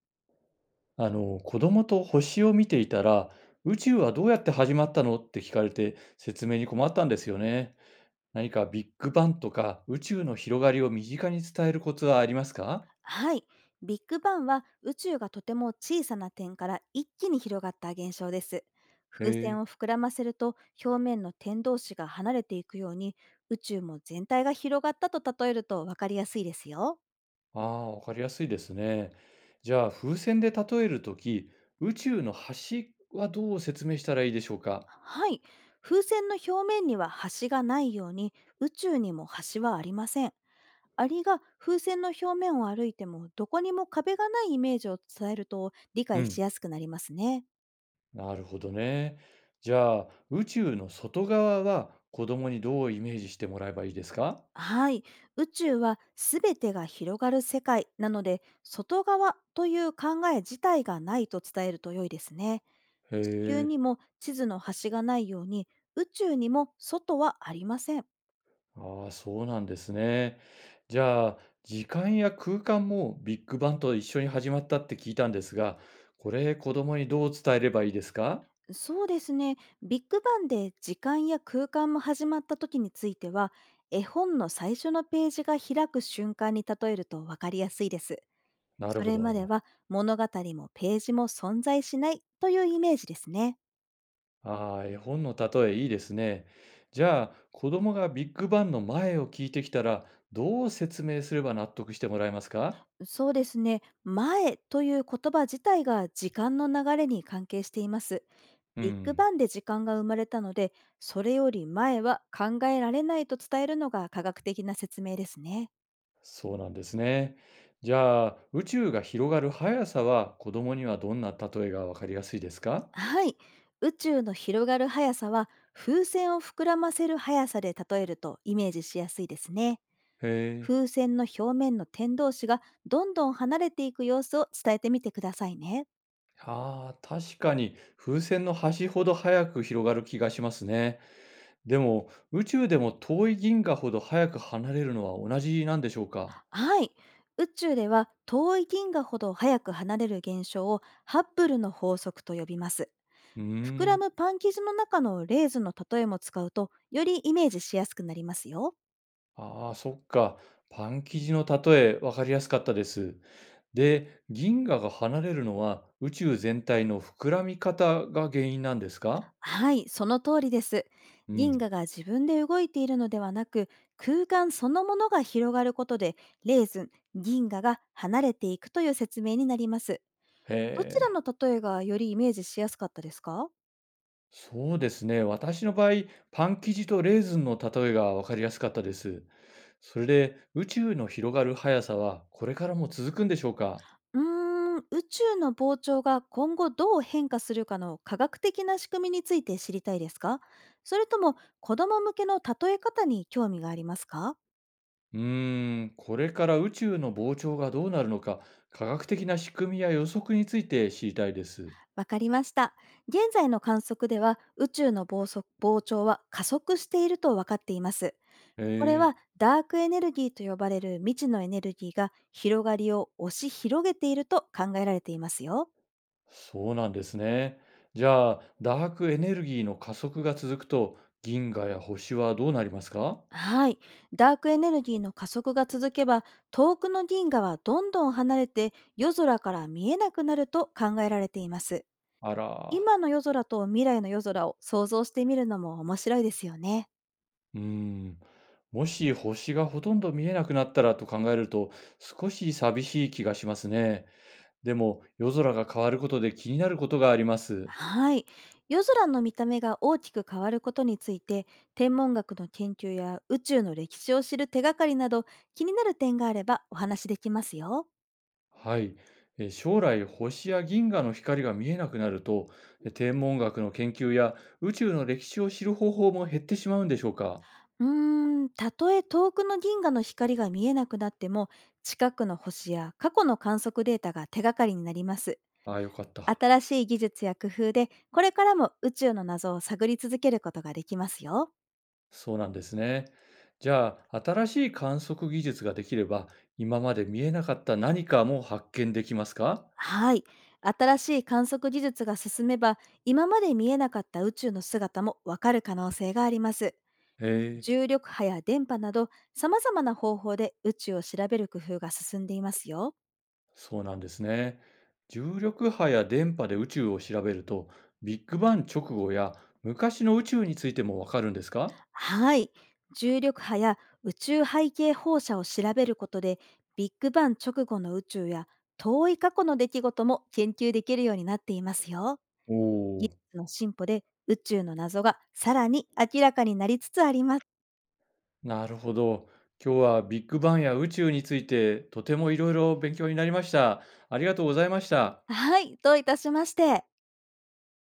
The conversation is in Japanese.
子供と星を見ていたら、宇宙はどうやって始まったのって聞かれて説明に困ったんですよね。何かビッグバンとか宇宙の広がりを身近に伝えるコツはありますか？はい。ビッグバンは宇宙がとても小さな点から一気に広がった現象です。へ風船え、を膨らませると、表面の点同士が離れていくように、宇宙も全体が広がったと例えると分かりやすいですよ。ああ、わかりやすいですね。じゃあ、風船で例えるとき、宇宙の端はどう説明したらいいでしょうか？はい。風船の表面には端がないように、宇宙にも端はありません。アリが風船の表面を歩いても、どこにも壁がないイメージを伝えると理う解しん、やすくなりますね。なるほどね。じゃあ、宇宙の外側は子供にどうイメージしてもらえばいいですか？はい。宇宙はすべてが広がる世界なので、外側という考え自体がないと伝えると良いですね。へ地球え。にも地図の端がないように、宇宙にも外はありません。ああ、そうなんですね。じゃあ、時間や空間もビッグバンと一緒に始まったって聞いたんですが、これ子供にどう伝えればいいですか？そうですね。ビッグバンで時間や空間も始まった時については、絵本の最初のページが開く瞬間に例えると分かりやすいです。なるそほれまでど。は物語もページも存在しないというイメージですね。ああ、絵本の例えいいですね。じゃあ、子供がビッグバンの前を聞いてきたら、どう説明すれば納得してもらえますか？そうですね。前という言葉自体が時間の流れに関係しています。うビッグん、バンで時間が生まれたので、それより前は考えられないと伝えるのが科学的な説明ですね。そうなんですね。じゃあ、宇宙が広がる速さは子供にはどんな例えがわかりやすいですか？はい。宇宙の広がる速さは、風船を膨らませる速さで例えるとイメージしやすいですね。へえ。風船の表面の点同士がどんどん離れていく様子を伝えてみてくださいね。ああ、確かに風船の端ほど早く広がる気がしますね。でも宇宙でも遠い銀河ほど早く離れるのは同じなんでしょうか？はい。宇宙では遠い銀河ほど早く離れる現象をハッブルの法則と呼びます。うー膨らん。むパン生地の中のレーズンの例えも使うと、よりイメージしやすくなりますよ。ああ、そっか。パン生地の例え分かりやすかったです。で、銀河が離れるのは宇宙全体の膨らみ方が原因なんですか？はい、その通りです。う銀ん。河が自分で動いているのではなく、空間そのものが広がることで、レーズン、銀河が離れていくという説明になります。どちらへえ。の例えがよりイメージしやすかったですか？そうですね。私の場合、パン生地とレーズンの例えが分かりやすかったです。それで、宇宙の広がる速さはこれからも続くんでしょうか？宇宙の膨張が今後どう変化するかの科学的な仕組みについて知りたいですか？それとも子供向けの例え方に興味がありますか？うーん、これから宇宙の膨張がどうなるのか、科学的な仕組みや予測について知りたいです。わかりました。現在の観測では、宇宙の膨速膨張は加速していると分かっています。えこれはえ、ダークエネルギーと呼ばれる未知のエネルギーが広がりを押し広げていると考えられていますよ。そうなんですね。じゃあ、ダークエネルギーの加速が続くと、銀河や星はどうなりますか？はい。ダークエネルギーの加速が続けば、遠くの銀河はどんどん離れて、夜空から見えなくなると考えられています。あら。今の夜空と未来の夜空を想像してみるのも面白いですよね。うーん。もし星がほとんど見えなくなったらと考えると少し寂しい気がしますね。でも夜空が変わることで気になることがあります。はい。夜空の見た目が大きく変わることについて、天文学の研究や宇宙の歴史を知る手がかりなど、気になる点があればお話しできますよ。はい。将来星や銀河の光が見えなくなると天文学の研究や宇宙の歴史を知る方法も減ってしまうんでしょうか？たとえ遠くの銀河の光が見えなくなっても、近くの星や過去の観測データが手がかりになります。ああ、よかった。新しい技術や工夫で、これからも宇宙の謎を探り続けることができますよ。そうなんですね。じゃあ、新しい観測技術ができれば今まで見えなかった何かも発見できますか？はい。新しい観測技術が進めば、今まで見えなかった宇宙の姿もわかる可能性があります。へえ。重力波や電波など、様々な方法で宇宙を調べる工夫が進んでいますよ。そうなんですね。重力波や電波で宇宙を調べると、ビッグバン直後や昔の宇宙についてもわかるんですか？はい。重力波や宇宙背景放射を調べることで、ビッグバン直後の宇宙や遠い過去の出来事も研究できるようになっていますよ。お技おー、術の進歩で、宇宙の謎がさらに明らかになりつつあります。なるほど。今日はビッグバンや宇宙についてとてもいろいろ勉強になりました。ありがとうございました。はい、どういたしまして。